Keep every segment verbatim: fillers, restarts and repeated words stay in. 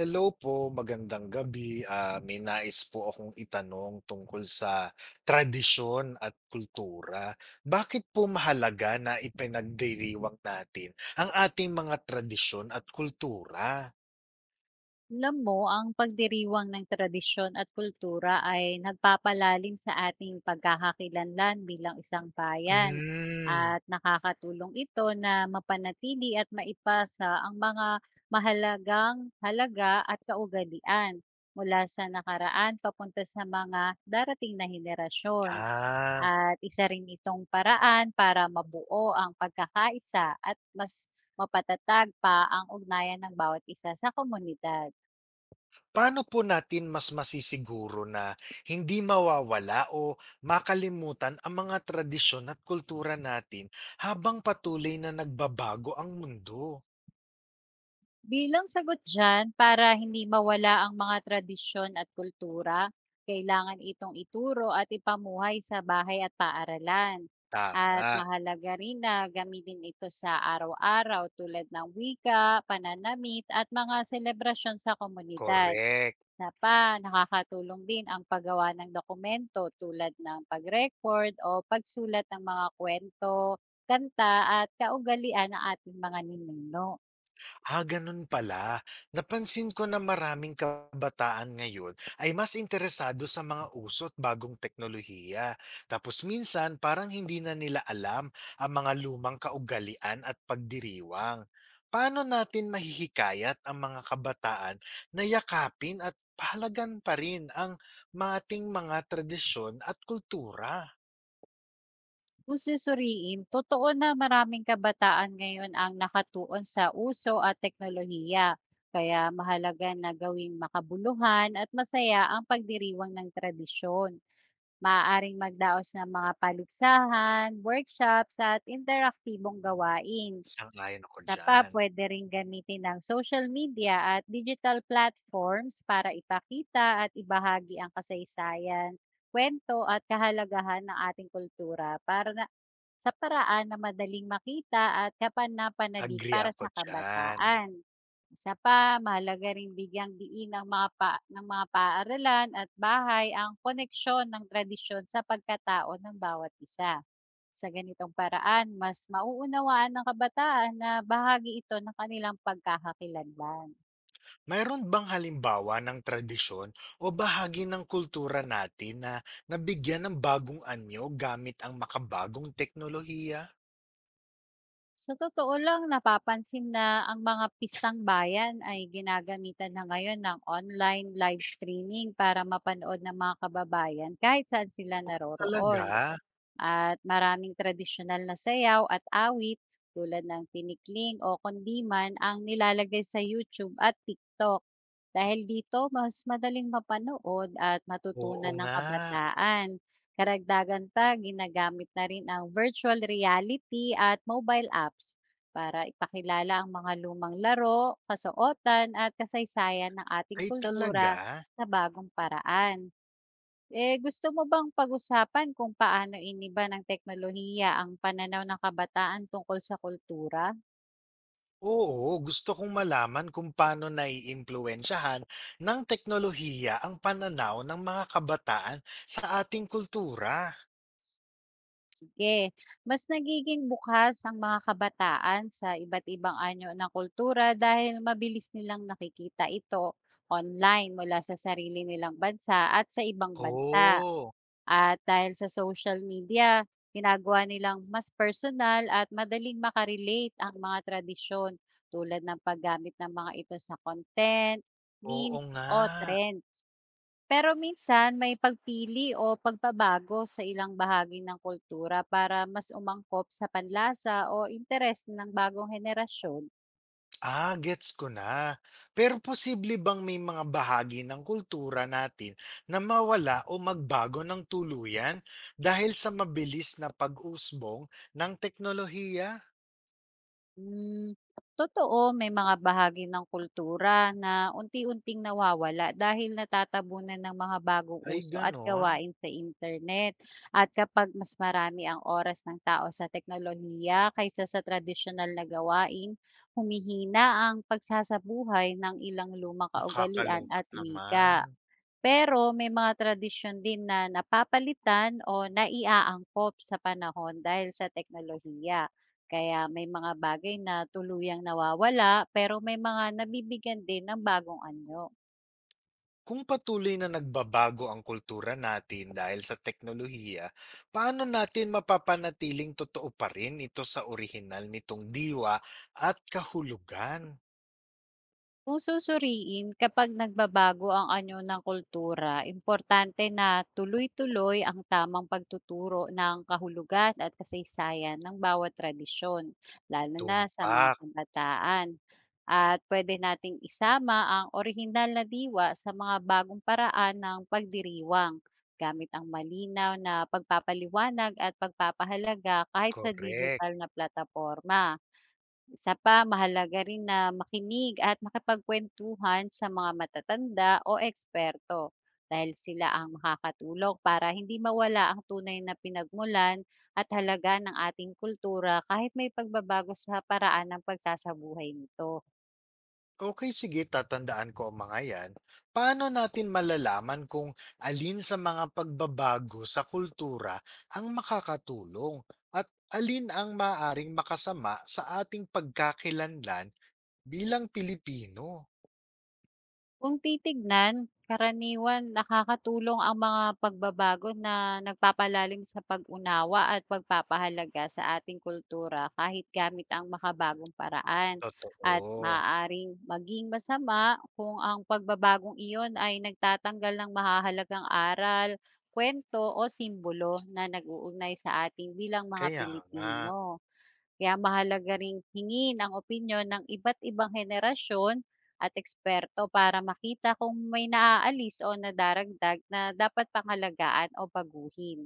Hello po, magandang gabi. Ah, may nais po akong itanong tungkol sa tradisyon at kultura. Bakit po mahalaga na ipinagdiriwang natin ang ating mga tradisyon at kultura? Alam mo, ang pagdiriwang ng tradisyon at kultura ay nagpapalalim sa ating pagkakakilanlan bilang isang bayan, Hmm. at nakakatulong ito na mapanatili at maipasa ang mga mahalagang halaga at kaugalian mula sa nakaraan papunta sa mga darating na henerasyon. ah, At isa rin itong paraan para mabuo ang pagkakaisa at mas mapatatag pa ang ugnayan ng bawat isa sa komunidad. Paano po natin mas masisiguro na hindi mawawala o makalimutan ang mga tradisyon at kultura natin habang patuloy na nagbabago ang mundo? Bilang sagot diyan, para hindi mawala ang mga tradisyon at kultura, kailangan itong ituro at ipamuhay sa bahay at paaralan. At Tama, mahalaga rin na gamitin ito sa araw-araw, tulad ng wika, pananamit at mga selebrasyon sa komunidad. correct. Na pa, nakakatulong din ang paggawa ng dokumento tulad ng pag-record o pagsulat ng mga kwento, kanta at kaugalian ng ating mga ninuno. Ah, ganun pala. Napansin ko na maraming kabataan ngayon ay mas interesado sa mga uso at bagong teknolohiya. Tapos minsan parang hindi na nila alam ang mga lumang kaugalian at pagdiriwang. Paano natin mahihikayat ang mga kabataan na yakapin at pahalagan pa rin ang mating mga tradisyon at kultura? Kung susuriin, totoo na maraming kabataan ngayon ang nakatuon sa uso at teknolohiya. Kaya mahalaga na gawing makabuluhan at masaya ang pagdiriwang ng tradisyon. Maaaring magdaos ng mga paligsahan, workshops at interaktibong gawain Sangayon ako na pa dyan. puwede ring gamitin ng social media at digital platforms para ipakita at ibahagi ang kasaysayan, kwento at kahalagahan ng ating kultura, para na sa paraan na madaling makita at kapanapanabik Agree para ako sa dyan. kabataan. Isa pa, mahalaga rin bigyang diin ng mga pa ng mga paaralan at bahay ang koneksyon ng tradisyon sa pagkatao ng bawat isa. Sa ganitong paraan, mas mauunawaan ng kabataan na bahagi ito ng kanilang pagkakakilanlan. Mayroon bang halimbawa ng tradisyon o bahagi ng kultura natin na nabigyan ng bagong anyo gamit ang makabagong teknolohiya? Sa totoo lang, napapansin na ang mga pistang bayan ay ginagamitan na ngayon ng online live streaming para mapanood ng mga kababayan kahit saan sila naroroon. Talaga? At maraming tradisyonal na sayaw at awit tulad ng tinikling o kundiman ang nilalagay sa YouTube at TikTok. Dahil dito, mas madaling mapanood at Oo matutunan ng nga. kabataan. Karagdagan pa, ginagamit na rin ang virtual reality at mobile apps para ipakilala ang mga lumang laro, kasuotan at kasaysayan ng ating Ay, kultura talaga? sa bagong paraan. Eh, gusto mo bang pag-usapan kung paano iniba ng teknolohiya ang pananaw ng kabataan tungkol sa kultura? Oo, gusto kong malaman kung paano naiimpluwensyahan ng teknolohiya ang pananaw ng mga kabataan sa ating kultura. Sige, mas nagiging bukas ang mga kabataan sa iba't ibang anyo ng kultura dahil mabilis nilang nakikita ito online, mula sa sarili nilang bansa at sa ibang bansa. Oo. At dahil sa social media, ginagawa nilang mas personal at madaling makarelate ang mga tradisyon, tulad ng paggamit ng mga ito sa content, Oo memes, nga. o trend. Pero minsan may pagpili o pagbabago sa ilang bahagi ng kultura para mas umangkop sa panlasa o interes ng bagong henerasyon. Ah, gets ko na. Pero posible bang may mga bahagi ng kultura natin na mawala o magbago ng tuluyan dahil sa mabilis na pag-usbong ng teknolohiya? Hmm, totoo, may mga bahagi ng kultura na unti-unting nawawala dahil natatabunan ng mga bagong Ay, uso at ganon. gawain sa internet. At kapag mas marami ang oras ng tao sa teknolohiya kaysa sa tradisyonal na gawain, humihina ang pagsasabuhay ng ilang lumang kaugalian Nakakalungkot at wika. naman. Pero may mga tradisyon din na napapalitan o naiaangkop sa panahon dahil sa teknolohiya. Kaya may mga bagay na tuluyang nawawala, pero may mga nabibigyan din ng bagong anyo. Kung patuloy na nagbabago ang kultura natin dahil sa teknolohiya, paano natin mapapanatiling totoo pa rin ito sa orihinal nitong diwa at kahulugan? Kung susuriin, kapag nagbabago ang anyo ng kultura, importante na tuloy-tuloy ang tamang pagtuturo ng kahulugan at kasaysayan ng bawat tradisyon, lalo na sa mga Tumpak, kabataan. At pwede nating isama ang orihinal na diwa sa mga bagong paraan ng pagdiriwang gamit ang malinaw na pagpapaliwanag at pagpapahalaga kahit sa correct. digital na plataporma. Isa pa, mahalaga rin na makinig at makipagkwentuhan sa mga matatanda o eksperto, dahil sila ang makakatulong para hindi mawala ang tunay na pinagmulan at halaga ng ating kultura kahit may pagbabago sa paraan ng pagsasabuhay nito. Okey, sige, tatandaan ko ang mga 'yan. Paano natin malalaman kung alin sa mga pagbabago sa kultura ang makakatulong at alin ang maaring makasama sa ating pagkakilanlan bilang Pilipino? Kung titignan, karaniwan nakakatulong ang mga pagbabago na nagpapalalim sa pag-unawa at pagpapahalaga sa ating kultura kahit gamit ang makabagong paraan. At Totoo, maaaring maging masama kung ang pagbabagong iyon ay nagtatanggal ng mahahalagang aral, kwento o simbolo na nag-uugnay sa ating bilang mga kaya nga. Pilipino. Kaya mahalaga ring hingin ang opinyon ng iba't ibang henerasyon at eksperto para makita kung may naaalis o nadaragdag na dapat pangalagaan o baguhin.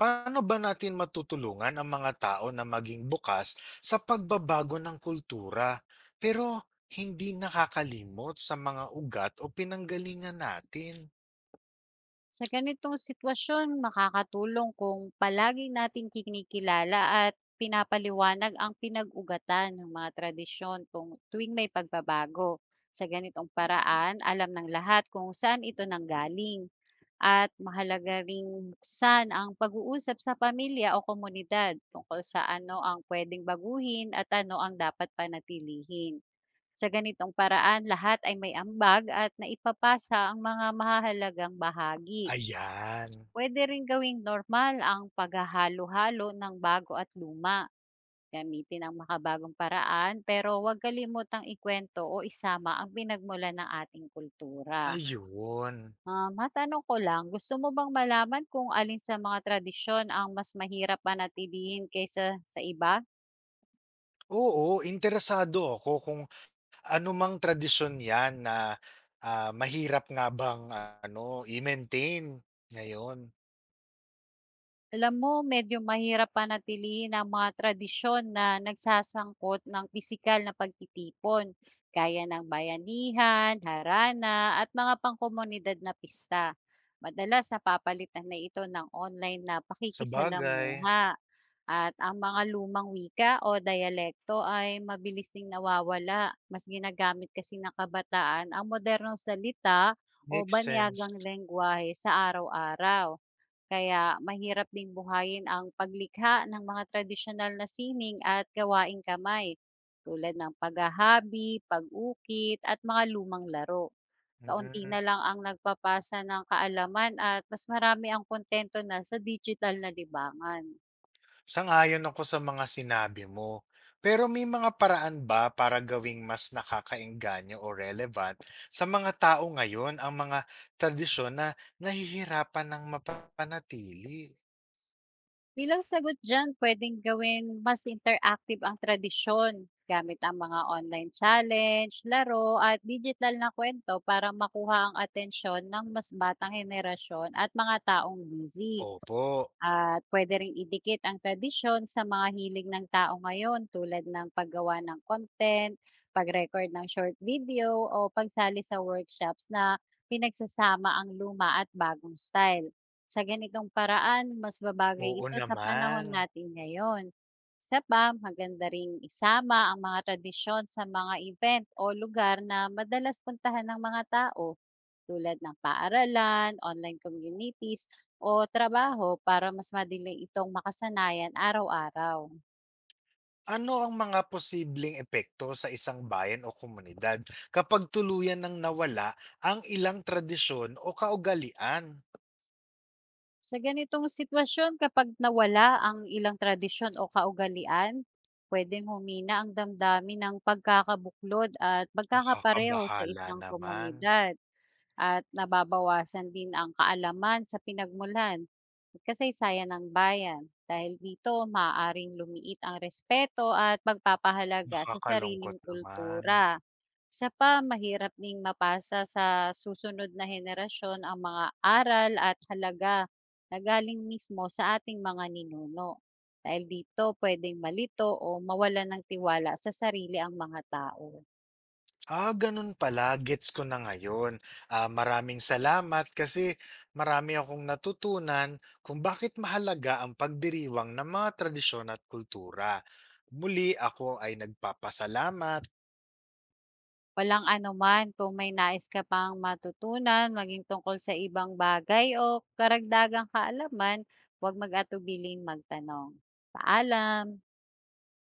Paano ba natin matutulungan ang mga tao na maging bukas sa pagbabago ng kultura, pero hindi nakakalimot sa mga ugat o pinanggalingan natin? Sa ganitong sitwasyon, makakatulong kung palagi nating kinikilala at pinapaliwanag ang pinag-ugatan ng mga tradisyon kung tuwing may pagbabago. Sa ganitong paraan, alam ng lahat kung saan ito nanggaling. At mahalaga ring buksan ang pag-uusap sa pamilya o komunidad tungkol sa ano ang pwedeng baguhin at ano ang dapat panatilihin. Sa ganitong paraan, lahat ay may ambag at naipapasa ang mga mahalagang bahagi. Ayan, Pwede rin gawing normal ang paghahalo-halo ng bago at luma. Gamitin ang makabagong paraan pero huwag kalimutang ikwento o isama ang pinagmula ng ating kultura. ayun. Ah, matanong ko lang, gusto mo bang malaman kung alin sa mga tradisyon ang mas mahirap panatilihin kaysa sa iba? Oo, interesado ako kung ano mang tradisyon 'yan na, ah, mahirap nga bang ano, i-maintain ngayon. Alam mo, medyo mahirap panatilihin ang mga tradisyon na nagsasangkot ng pisikal na pagtitipon, gaya ng bayanihan, harana, at mga pangkomunidad na pista. Madalas napapalitan na ito ng online na Sa bagay, pakikisalamuha. At ang mga lumang wika o dialekto ay mabilis ding nawawala. Mas ginagamit kasi ng kabataan ang modernong salita o makes sense. banyagang lengguwahe sa araw-araw, kaya mahirap ding buhayin ang paglikha ng mga tradisyonal na sining at gawaing kamay tulad ng paghahabi, pag-ukit at mga lumang laro. Kaunti na Hmm. lang ang nagpapasa ng kaalaman at mas marami ang kontento na sa digital na libangan. Sang-ayon ako sa mga sinabi mo. Pero may mga paraan ba para gawing mas nakakaengganyo o relevant sa mga tao ngayon ang mga tradisyon na nahihirapan ng mapanatili? Bilang sagot diyan, pwedeng gawin mas interactive ang tradisyon gamit ang mga online challenge, laro at digital na kwento para makuha ang atensyon ng mas batang henerasyon at mga taong busy. Opo, At puwede ring idikit ang tradisyon sa mga hilig ng tao ngayon, tulad ng paggawa ng content, pag-record ng short video o pagsali sa workshops na pinagsasama ang luma at bagong style. Sa ganitong paraan, mas babagay oo ito sa naman. panahon natin ngayon. Isa pa, maganda ring isama ang mga tradisyon sa mga event o lugar na madalas puntahan ng mga tao, tulad ng paaralan, online communities o trabaho, para mas madali itong makasanayan araw-araw. Ano ang mga posibleng epekto sa isang bayan o komunidad kapag tuluyan ng nawala ang ilang tradisyon o kaugalian? Sa ganitong sitwasyon, kapag nawala ang ilang tradisyon o kaugalian, pwedeng humina ang damdamin ng pagkakabuklod at pagkakapareho sa Nakakabahala isang naman. komunidad. At nababawasan din ang kaalaman sa pinagmulan at kasaysayan ng bayan. Dahil dito, maaaring lumiit ang respeto at pagpapahalaga sa Nakakalungkot sariling naman. kultura. Isa pa, mahirap ding mapasa sa susunod na henerasyon ang mga aral at halaga na galing mismo sa ating mga ninuno. Dahil dito, pwedeng malito o mawala ng tiwala sa sarili ang mga tao. Ah, ganun pala, gets ko na ngayon. Ah, maraming salamat kasi marami akong natutunan kung bakit mahalaga ang pagdiriwang ng mga tradisyon at kultura. Muli ako ay nagpapasalamat. Walang anuman. Kung may nais ka pang matutunan, maging tungkol sa ibang bagay o karagdagang kaalaman, huwag mag-atubiling magtanong. Paalam!